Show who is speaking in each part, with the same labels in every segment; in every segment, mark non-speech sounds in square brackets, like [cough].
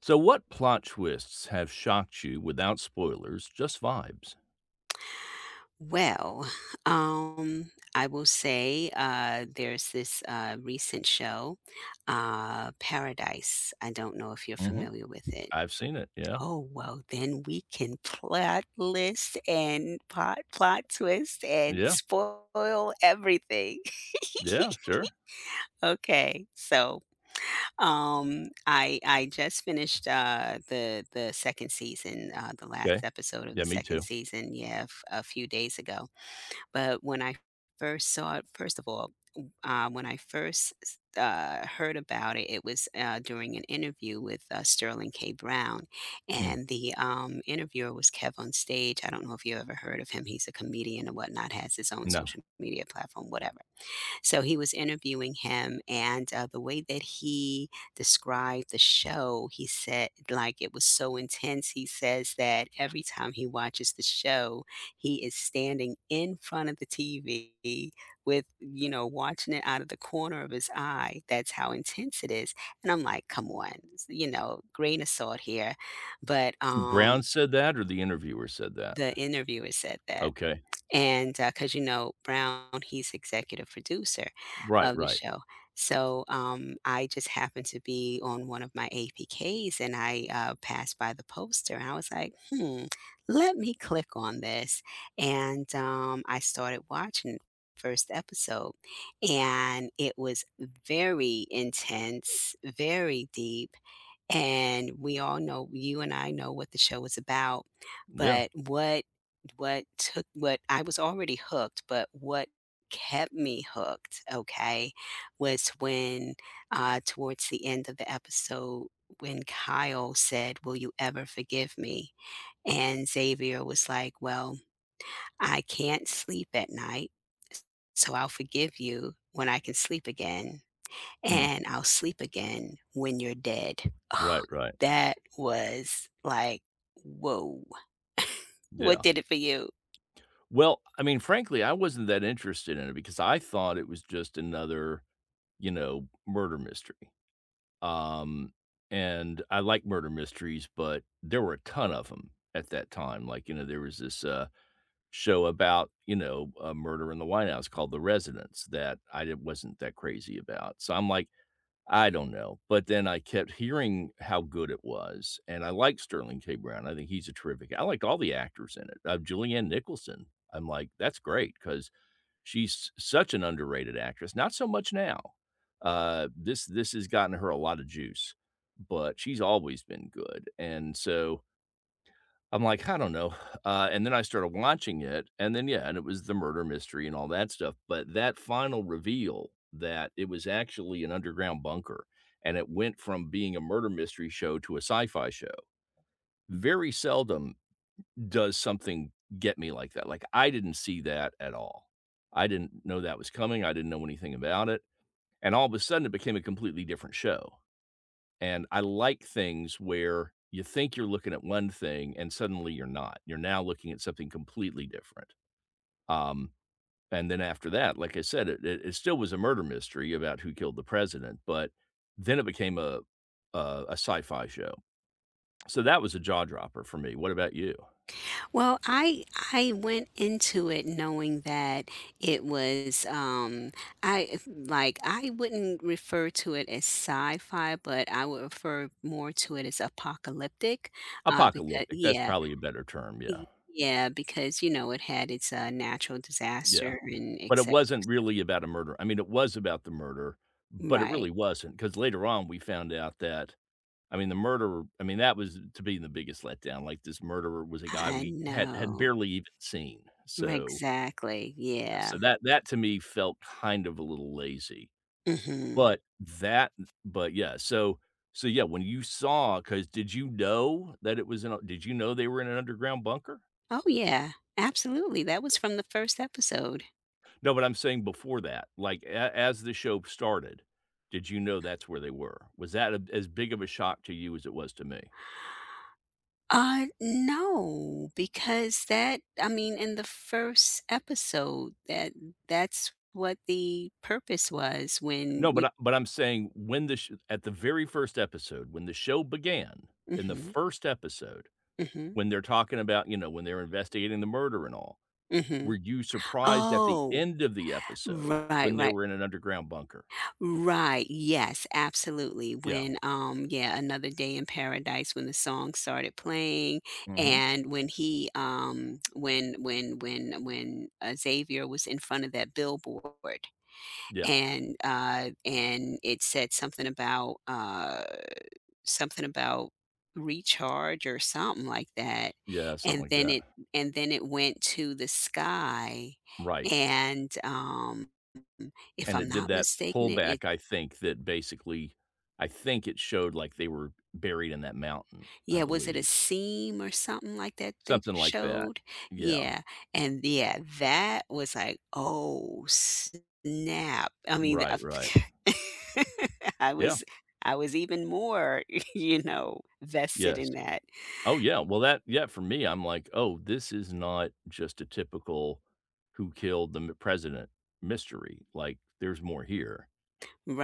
Speaker 1: So, what plot twists have shocked you without spoilers, just vibes?
Speaker 2: Well, I will say there's this recent show, Paradise. I don't know if you're
Speaker 1: Mhm.
Speaker 2: familiar with it.
Speaker 1: I've seen it, yeah.
Speaker 2: Oh, well, then we can plot list and plot twist and
Speaker 1: Yeah,
Speaker 2: spoil everything. [laughs]
Speaker 1: yeah, sure,
Speaker 2: Okay, so I just finished the second season, the last
Speaker 1: okay.
Speaker 2: episode of the
Speaker 1: Yeah, me
Speaker 2: second
Speaker 1: too.
Speaker 2: season, yeah, a few days ago. But when I first saw it, first of all, w when I first s heard about it, it was, during an interview with, Sterling K. Brown,
Speaker 1: Mm,
Speaker 2: and the, interviewer was Kev on Stage. I don't know if you ever heard of him. He's a comedian and whatnot, has his own
Speaker 1: no.
Speaker 2: social media platform, whatever. So he was interviewing him, and, the way that he described the show, he said like, it was so intense. He says that every time he watches the show, he is standing in front of the TV with, you know, watching it out of the corner of his eye. That's how intense it is, and I'm like, "Come on," you know, grain of salt here, but,
Speaker 1: Who, Brown said that or the interviewer said that?
Speaker 2: the interviewer said that.
Speaker 1: Okay.
Speaker 2: And, because you know, Brown, he's executive producer
Speaker 1: Right,
Speaker 2: of the
Speaker 1: right.
Speaker 2: show. So, I just happened to be on one of my APKs and I, passed by the poster and I was like, "Hmm, let me click on this." And, I started watching first episode, and it was very intense, very deep, and we all know, you and I know what the show is about,
Speaker 1: Yeah.
Speaker 2: but what I was already hooked, but what kept me hooked, okay, was when, uh, towards the end of the episode when Kyle said, "Will you ever forgive me?" And Xavier was like, "Well, I can't sleep at night, so I'll forgive you when I can sleep again,
Speaker 1: Mm,
Speaker 2: and I'll sleep again when you're dead." Ugh,
Speaker 1: right, right.
Speaker 2: that was like, whoa. [laughs] What
Speaker 1: Yeah.
Speaker 2: did it for you?
Speaker 1: Well, I mean, frankly, I wasn't that interested in it because I thought it was just another, you know, murder mystery. Um, and I like murder mysteries, but there were a ton of them at that time. Like, you know, there was this show about, you know, a murder in the White House called The Residence that I did, wasn't that crazy about. So I'm like, I don't know. But then I kept hearing how good it was. And I like Sterling K. Brown. I think he's a terrific. I liked all the actors in it. Julianne Nicholson. I'm like, that's great because she's such an underrated actress, not so much now. This has gotten her a lot of juice, but she's always been good, and so I'm like, I don't know. And then I started watching it, and then yeah, and it was the murder mystery and all that stuff. But that final reveal that it was actually an underground bunker, and it went from being a murder mystery show to a sci-fi show. Very seldom does something get me like that? Like, I didn't see that at all. I didn't know that was coming. I didn't know anything about it. And all of a sudden, it became a completely different show. And I like things where you think you're looking at one thing and suddenly you're not. You're now looking at something completely different. Um, and then after that, like I said, it still was a murder mystery about who killed the president, but then it became a sci-fi show. So that was a jaw dropper for me. What about you?
Speaker 2: Well, I went into it knowing that it was, um, I like, I wouldn't refer to it as sci-fi, but I would refer more to it as apocalyptic, because
Speaker 1: Apocalyptic. That's
Speaker 2: yeah,
Speaker 1: probably a better term. Yeah.
Speaker 2: yeah, because you know it had its natural
Speaker 1: Yeah,
Speaker 2: disaster and
Speaker 1: but it
Speaker 2: except
Speaker 1: wasn't really about a murder. I mean, it was about the murder, but it
Speaker 2: right.
Speaker 1: really wasn't, not because later on, we found out that I mean, the murderer I mean, that was to be the biggest letdown, like, this murderer was a guy
Speaker 2: I
Speaker 1: we had had
Speaker 2: know.
Speaker 1: barely even seen, so
Speaker 2: Exactly,
Speaker 1: yeah,
Speaker 2: yeah.
Speaker 1: so that that to me felt kind of a little lazy,
Speaker 2: Mhm.
Speaker 1: but that but, yeah, so so, yeah, when you saw, because did you know that it was in a did you know they were in an underground bunker?
Speaker 2: Oh, yeah, absolutely, that was from the 1st episode.
Speaker 1: No, but I'm saying before that, like, a as the show started, did you know that's where they were? Was that a as big of a shock to you as it was to me?
Speaker 2: No, because that, I mean, in the 1st episode, that that's what the purpose was
Speaker 1: No,
Speaker 2: when you.
Speaker 1: but I'm saying when the sh at the very first episode, when the show began, in the
Speaker 2: Mhm,
Speaker 1: first episode,
Speaker 2: mhm,
Speaker 1: when they're talking about, you know, when they're investigating the murder and all,
Speaker 2: mhm.
Speaker 1: were you surprised at the
Speaker 2: Oh,
Speaker 1: end of the episode
Speaker 2: right,
Speaker 1: when they
Speaker 2: right.
Speaker 1: were in an underground bunker?
Speaker 2: Right, yes, absolutely.
Speaker 1: Yeah.
Speaker 2: When, yeah, Another Day in Paradise, when the song started playing,
Speaker 1: Mhm.
Speaker 2: and when he, when Xavier was in front of that billboard,
Speaker 1: Yeah.
Speaker 2: and it said something about, something about recharge or something like that,
Speaker 1: Yeah, something
Speaker 2: and
Speaker 1: like
Speaker 2: then
Speaker 1: that.
Speaker 2: it and then it went to the sky,
Speaker 1: Right.
Speaker 2: and if
Speaker 1: And
Speaker 2: I'm
Speaker 1: it did
Speaker 2: not
Speaker 1: that
Speaker 2: mistaken, it.
Speaker 1: pullback, I think, that basically I think it showed like they were buried in that mountain, I
Speaker 2: Yeah, was it a
Speaker 1: believe.
Speaker 2: seam or something like that they
Speaker 1: Something like that.
Speaker 2: showed?
Speaker 1: Yeah.
Speaker 2: Yeah, and yeah, that was like, "Oh, snap." I mean,
Speaker 1: Right, right.
Speaker 2: the [laughs] I
Speaker 1: Yeah.
Speaker 2: was, I was even more, [laughs] you know, vested
Speaker 1: Yes.
Speaker 2: in that.
Speaker 1: Oh, yeah. Well, that yeah, for me, I'm like, "Oh, this is not just a typical who killed the m president mystery, like, there's more here."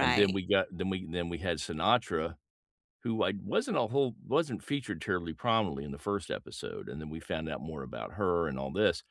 Speaker 1: And then we got then we had Sinatra, who I wasn't a whole wasn't featured terribly prominently in the first episode, and then we found out more about her and all this.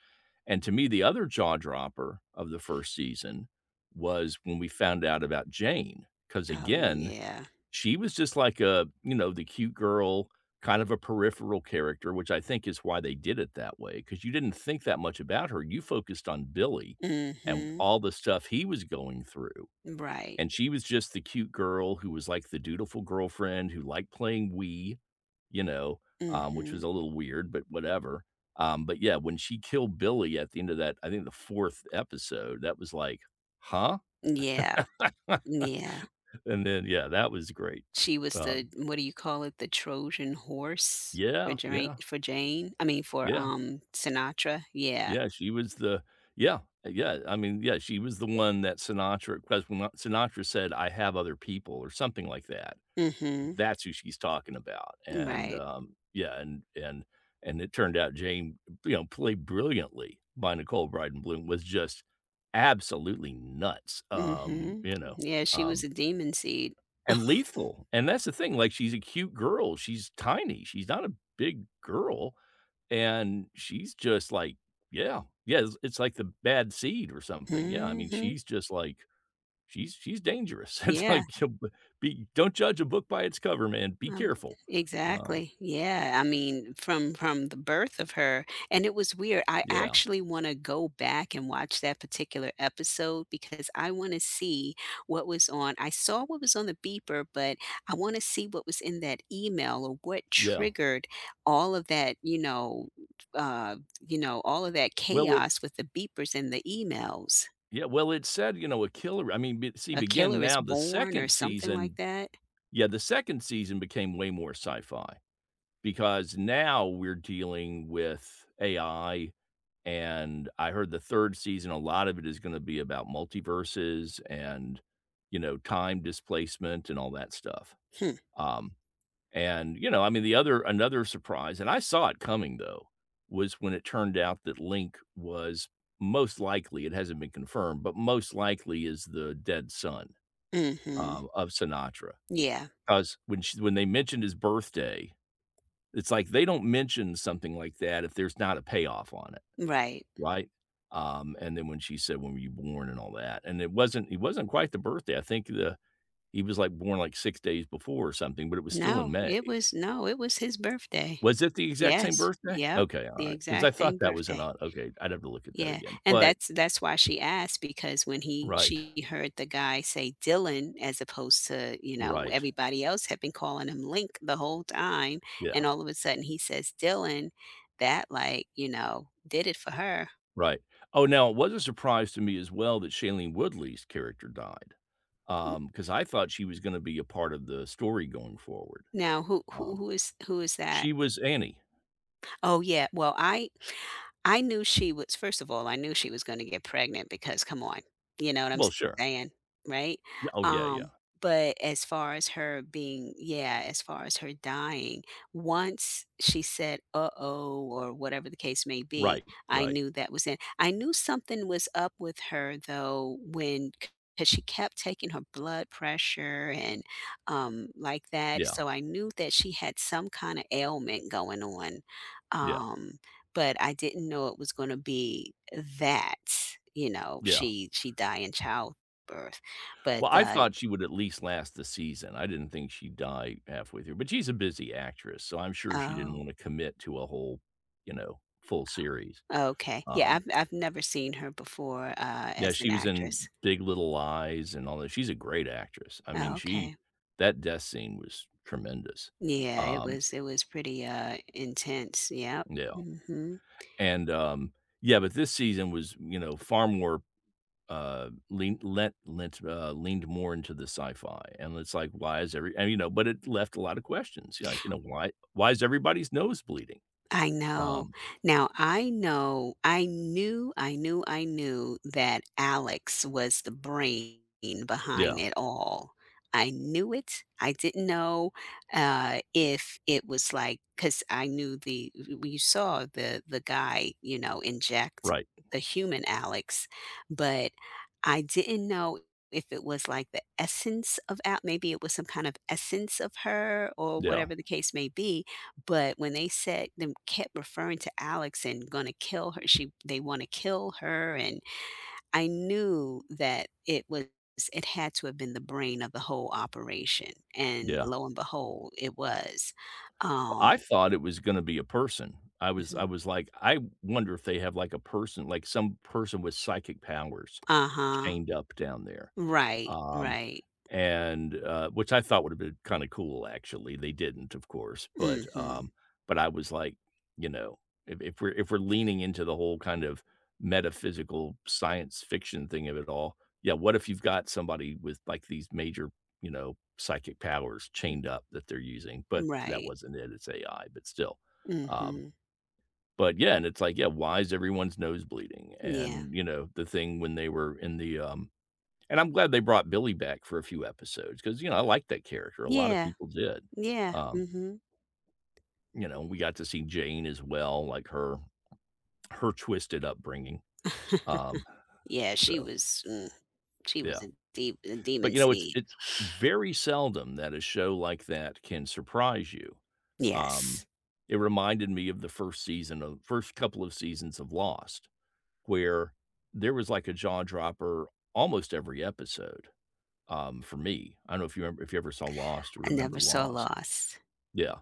Speaker 1: And to me, the other jaw dropper of the first season was when we found out about Jane, because
Speaker 2: Oh,
Speaker 1: again,
Speaker 2: yeah.
Speaker 1: she was just like a, you know, the cute girl, kind of a peripheral character, which I think is why they did it that way, because you didn't think that much about her. You focused on Billy and
Speaker 2: Mhm.
Speaker 1: all the stuff he was going through.
Speaker 2: Right.
Speaker 1: And she was just the cute girl who was like the dutiful girlfriend who liked playing Wii, you know, which
Speaker 2: Mhm.
Speaker 1: was a little weird, but whatever. But yeah, when she killed Billy at the end of that, I think the fourth episode, that was like, huh?
Speaker 2: Yeah.
Speaker 1: [laughs]
Speaker 2: Yeah.
Speaker 1: And then yeah, that was great.
Speaker 2: She was
Speaker 1: Uh,
Speaker 2: the, what do you call it? The Trojan horse for
Speaker 1: yeah,
Speaker 2: Jane
Speaker 1: yeah,
Speaker 2: for Jane? I mean, for,
Speaker 1: yeah,
Speaker 2: Sinatra? Yeah.
Speaker 1: yeah. She was the yeah, yeah. I mean, yeah, she was the one that Sinatra because when Sinatra said, "I have other people" or something like that
Speaker 2: Mhm.
Speaker 1: that's who she's talking about. And,
Speaker 2: Right.
Speaker 1: yeah, and and it turned out Jane, you know, played brilliantly by Nicole Bryden Bloom was just absolutely nuts,
Speaker 2: Mhm.
Speaker 1: you know,
Speaker 2: Yeah, she was a
Speaker 1: um,
Speaker 2: demon seed.
Speaker 1: and
Speaker 2: [laughs]
Speaker 1: lethal, and that's the thing, like, she's a cute girl, she's tiny, she's not a big girl, and she's just like yeah, yeah, it's like the bad seed or something, yeah, I mean,
Speaker 2: Mhm.
Speaker 1: she's just like she's dangerous. [laughs] It's
Speaker 2: Yeah.
Speaker 1: like you b be don't judge a book by its cover, man. Be
Speaker 2: Um,
Speaker 1: careful. Um,
Speaker 2: exactly. Yeah, I mean, from the birth of her, and it was weird. I
Speaker 1: yeah,
Speaker 2: actually want to go back and watch that particular episode because I want to see what was on. I saw what was on the beeper, but I want to see what was in that email or what
Speaker 1: yeah.
Speaker 2: triggered all of that, uh, you know, all of that
Speaker 1: Well, it
Speaker 2: chaos with the beepers and the emails.
Speaker 1: yeah, well, it said, you know, a killer I mean, b see,
Speaker 2: A
Speaker 1: begin
Speaker 2: killer is
Speaker 1: now the
Speaker 2: born or
Speaker 1: 2nd
Speaker 2: something like
Speaker 1: season
Speaker 2: that.
Speaker 1: yeah, the 2nd season became way more sci-fi because now we're dealing with AI, and I heard the 3rd season, a lot of it is gonna be about multiverses and, you know, time displacement and all that stuff.
Speaker 2: Hmm.
Speaker 1: Um And, you know, I mean, the other another surprise, and I saw it coming though, was when it turned out that Link was most likely, it hasn't been confirmed, but most likely is the dead son
Speaker 2: Mhm.
Speaker 1: of Sinatra.
Speaker 2: Yeah.
Speaker 1: Because when she, when they mentioned his birthday, it's like they don't mention something like that if there's not a payoff on it,
Speaker 2: Right.
Speaker 1: right? And then when she said, "When were you born?" and all that, and it wasn't quite the birthday. I think the he was like born like 6 days before or something, but it was still in
Speaker 2: No,
Speaker 1: May.
Speaker 2: it was, no, it was his birthday.
Speaker 1: Was it the exact same
Speaker 2: Yes,
Speaker 1: birthday?
Speaker 2: yep,
Speaker 1: Okay, all
Speaker 2: the
Speaker 1: right, because I
Speaker 2: exact
Speaker 1: thought
Speaker 2: same
Speaker 1: that was an
Speaker 2: birthday.
Speaker 1: odd okay, I'd have to look at that
Speaker 2: Yeah,
Speaker 1: again,
Speaker 2: and
Speaker 1: but
Speaker 2: that's why she asked because when he
Speaker 1: right,
Speaker 2: she heard the guy say Dylan as opposed to, you know,
Speaker 1: right,
Speaker 2: everybody else had been calling him Link the whole time, and
Speaker 1: yeah,
Speaker 2: all of a sudden he says Dylan, that, like, you know, did it for her.
Speaker 1: right. Oh, now, it was a surprise to me as well that Shailene Woodley's character died, because I thought she was gonna be a part of the story going forward,
Speaker 2: Now who who
Speaker 1: um,
Speaker 2: who is who is that?
Speaker 1: she was Annie.
Speaker 2: Oh, yeah. Well, I knew she was, first of all, I knew she was gonna get pregnant because come on, you know what I'm
Speaker 1: Well, sure.
Speaker 2: saying, right?
Speaker 1: Yeah, oh, yeah, yeah.
Speaker 2: Um, but as far as her being, yeah, as far as her dying, once she said, "Uh-oh," or whatever the case may be,
Speaker 1: Right,
Speaker 2: I
Speaker 1: right.
Speaker 2: knew that was it. I knew something was up with her though when, because she kept taking her blood pressure and, like that,
Speaker 1: Yeah,
Speaker 2: so I knew that she had some kinda ailment going on.
Speaker 1: yeah,
Speaker 2: Um, but I didn't know it was gonna be that, you know,
Speaker 1: yeah.
Speaker 2: she died in childbirth,
Speaker 1: Well,
Speaker 2: but,
Speaker 1: I
Speaker 2: uh,
Speaker 1: thought she would at least last the season. I didn't think she'd die halfway through, but she's a busy actress, so I'm sure she didn't
Speaker 2: oh,
Speaker 1: wanna commit to a whole, you know, full series.
Speaker 2: okay. Yeah,
Speaker 1: Um,
Speaker 2: I've never seen her before,
Speaker 1: yeah,
Speaker 2: as an
Speaker 1: she was in
Speaker 2: actress.
Speaker 1: Big Little Lies and all that. She's a great actress. I mean,
Speaker 2: Oh,
Speaker 1: she
Speaker 2: okay.
Speaker 1: that death scene was tremendous.
Speaker 2: Yeah, it
Speaker 1: Um,
Speaker 2: was it was pretty, intense, yep,
Speaker 1: yeah,
Speaker 2: mhm.
Speaker 1: and, yeah, but this season was, you know, far more leaned more into the sci-fi, and it's like, why is every and, you know, but it left a lot of questions, like, you know, why is everybody's nose bleeding?
Speaker 2: I know.
Speaker 1: Um,
Speaker 2: Now I know, I knew that Alex was the brain behind
Speaker 1: yeah,
Speaker 2: it all. I knew it. I didn't know, if it was like, because I knew the, we saw the guy, you know, inject
Speaker 1: right,
Speaker 2: the human Alex, but I didn't know if it was like the essence of maybe it was some kind of essence of her or
Speaker 1: yeah,
Speaker 2: whatever the case may be, but when they said, them kept referring to Alex and gonna kill her, she they wanna kill her, and I knew that it was, it had to have been the brain of the whole operation, and
Speaker 1: yeah.
Speaker 2: lo and behold, it was.
Speaker 1: Well, I
Speaker 2: Um.
Speaker 1: thought it was gonna be a person. I was
Speaker 2: Mhm.
Speaker 1: I was like, I wonder if they have, like, a person, like, some person with psychic powers
Speaker 2: Uh-huh.
Speaker 1: chained up down there.
Speaker 2: Right,
Speaker 1: Um,
Speaker 2: right.
Speaker 1: and, which I thought would've been kinda cool, actually. They didn't, of course,
Speaker 2: Mhm.
Speaker 1: but I was like, you know, if we're leaning into the whole kind of metaphysical science fiction thing of it all, yeah, what if you've got somebody with, like, these major, you know, psychic powers chained up that they're using? But that
Speaker 2: Right.
Speaker 1: wasn't it, it's AI, but still. Um,
Speaker 2: Mhm.
Speaker 1: but yeah, and it's like, yeah, why is everyone's nose bleeding?
Speaker 2: Yeah.
Speaker 1: And, you know, the thing when they were in the, and I'm glad they brought Billy back for a few episodes because you know, I liked that character, a lot of
Speaker 2: Yeah.
Speaker 1: people did.
Speaker 2: Yeah.
Speaker 1: Um,
Speaker 2: Mhm.
Speaker 1: you know, we got to see Jane as well, like her twisted upbringing,
Speaker 2: [laughs]
Speaker 1: um,
Speaker 2: Yeah, she
Speaker 1: so,
Speaker 2: was, mm, she was
Speaker 1: yeah.
Speaker 2: a, de a
Speaker 1: But,
Speaker 2: demon
Speaker 1: you know,
Speaker 2: seed.
Speaker 1: it's very seldom that a show like that can surprise you.
Speaker 2: Yes.
Speaker 1: Um, it reminded me of the first season of first couple of seasons of Lost, where there was like a jaw dropper almost every episode, for me. I don't know if you remember if you ever saw Lost or
Speaker 2: I
Speaker 1: remember
Speaker 2: never saw
Speaker 1: Lost.
Speaker 2: loss.
Speaker 1: Yeah.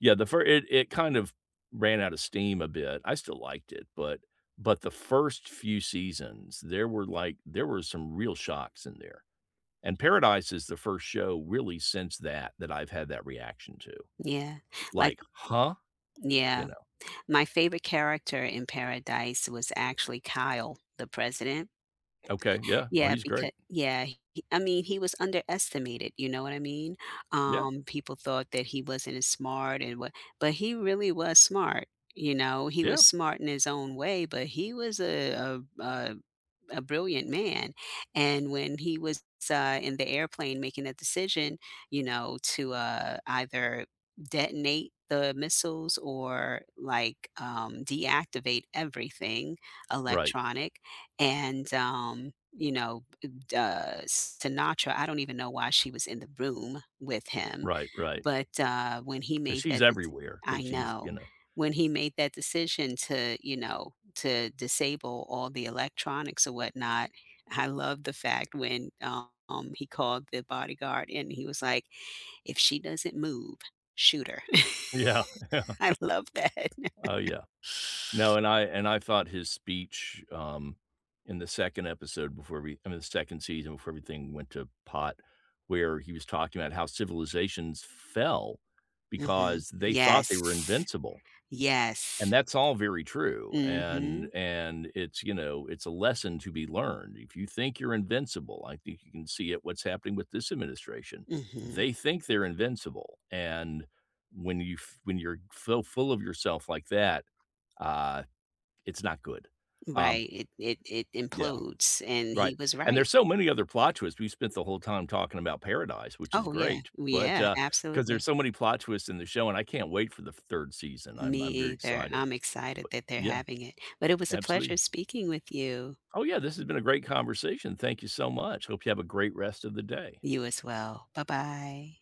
Speaker 1: Yeah, the first it it kind of ran out of steam a bit. I still liked it, but the first few seasons, there were, like there were some real shocks in there, and Paradise is the first show really since that, that I've had that reaction to.
Speaker 2: Yeah, like
Speaker 1: Like, "Huh?" You
Speaker 2: yeah.
Speaker 1: know?
Speaker 2: My favorite character in Paradise was actually Kyle, the president.
Speaker 1: "Okay, yeah. Oh,
Speaker 2: Yeah,
Speaker 1: he's great."
Speaker 2: because yeah, he, I mean, he was underestimated, you know what I mean?
Speaker 1: Yeah,
Speaker 2: People thought that he wasn't as smart and what, but he really was smart, you know? He was
Speaker 1: yeah.
Speaker 2: smart in his own way, but he was a brilliant man. And when he was, in the airplane making a decision, you know, to, either detonate the missiles or, like, deactivate everything
Speaker 1: Right,
Speaker 2: electronic and, you know, Sinatra, I don't even know why she was in the room with him,
Speaker 1: right, right.
Speaker 2: but when he
Speaker 1: 'Cause
Speaker 2: made
Speaker 1: she's
Speaker 2: that
Speaker 1: everywhere,
Speaker 2: I
Speaker 1: 'cause she's, you
Speaker 2: know,
Speaker 1: know
Speaker 2: when he made that decision to, you know, to disable all the electronics or whatnot. I love the fact when, he called the bodyguard and he was like, "If she doesn't move, shoot her."
Speaker 1: Yeah, [laughs] yeah.
Speaker 2: [laughs] I love that.
Speaker 1: Oh, yeah. No, and I thought his speech, in the 2nd episode before we I mean, the 2nd season before everything went to pot, where he was talking about how civilizations fell
Speaker 2: Mhm.
Speaker 1: because they thought
Speaker 2: Yes.
Speaker 1: they were invincible, and
Speaker 2: Yes.
Speaker 1: that's all very true, and
Speaker 2: Mhm.
Speaker 1: and it's, you know, it's a lesson to be learned. If you think you're invincible, I think you can see it what's happening with this administration.
Speaker 2: Mhm.
Speaker 1: They think they're invincible, and when you f when you're so full of yourself like that, uh, it's not good. Um,
Speaker 2: Right. It
Speaker 1: yeah,
Speaker 2: implodes, and he
Speaker 1: right,
Speaker 2: was
Speaker 1: and
Speaker 2: right.
Speaker 1: there's so many other plot twists. We spent the whole time talking about Paradise, which is
Speaker 2: Oh, yeah.
Speaker 1: great, but,
Speaker 2: Yeah,
Speaker 1: because there's
Speaker 2: absolutely.
Speaker 1: so many plot twists in the show, and I can't wait for the 3rd season. I'm
Speaker 2: Me
Speaker 1: I'm very
Speaker 2: either.
Speaker 1: excited,
Speaker 2: I'm excited
Speaker 1: but
Speaker 2: that they're
Speaker 1: yeah,
Speaker 2: having it. But it was a pleasure
Speaker 1: absolutely.
Speaker 2: speaking with you.
Speaker 1: Oh, yeah, this has been a great conversation. Thank you so much. Hope you have a great rest of the day.
Speaker 2: You as well. Bye-bye.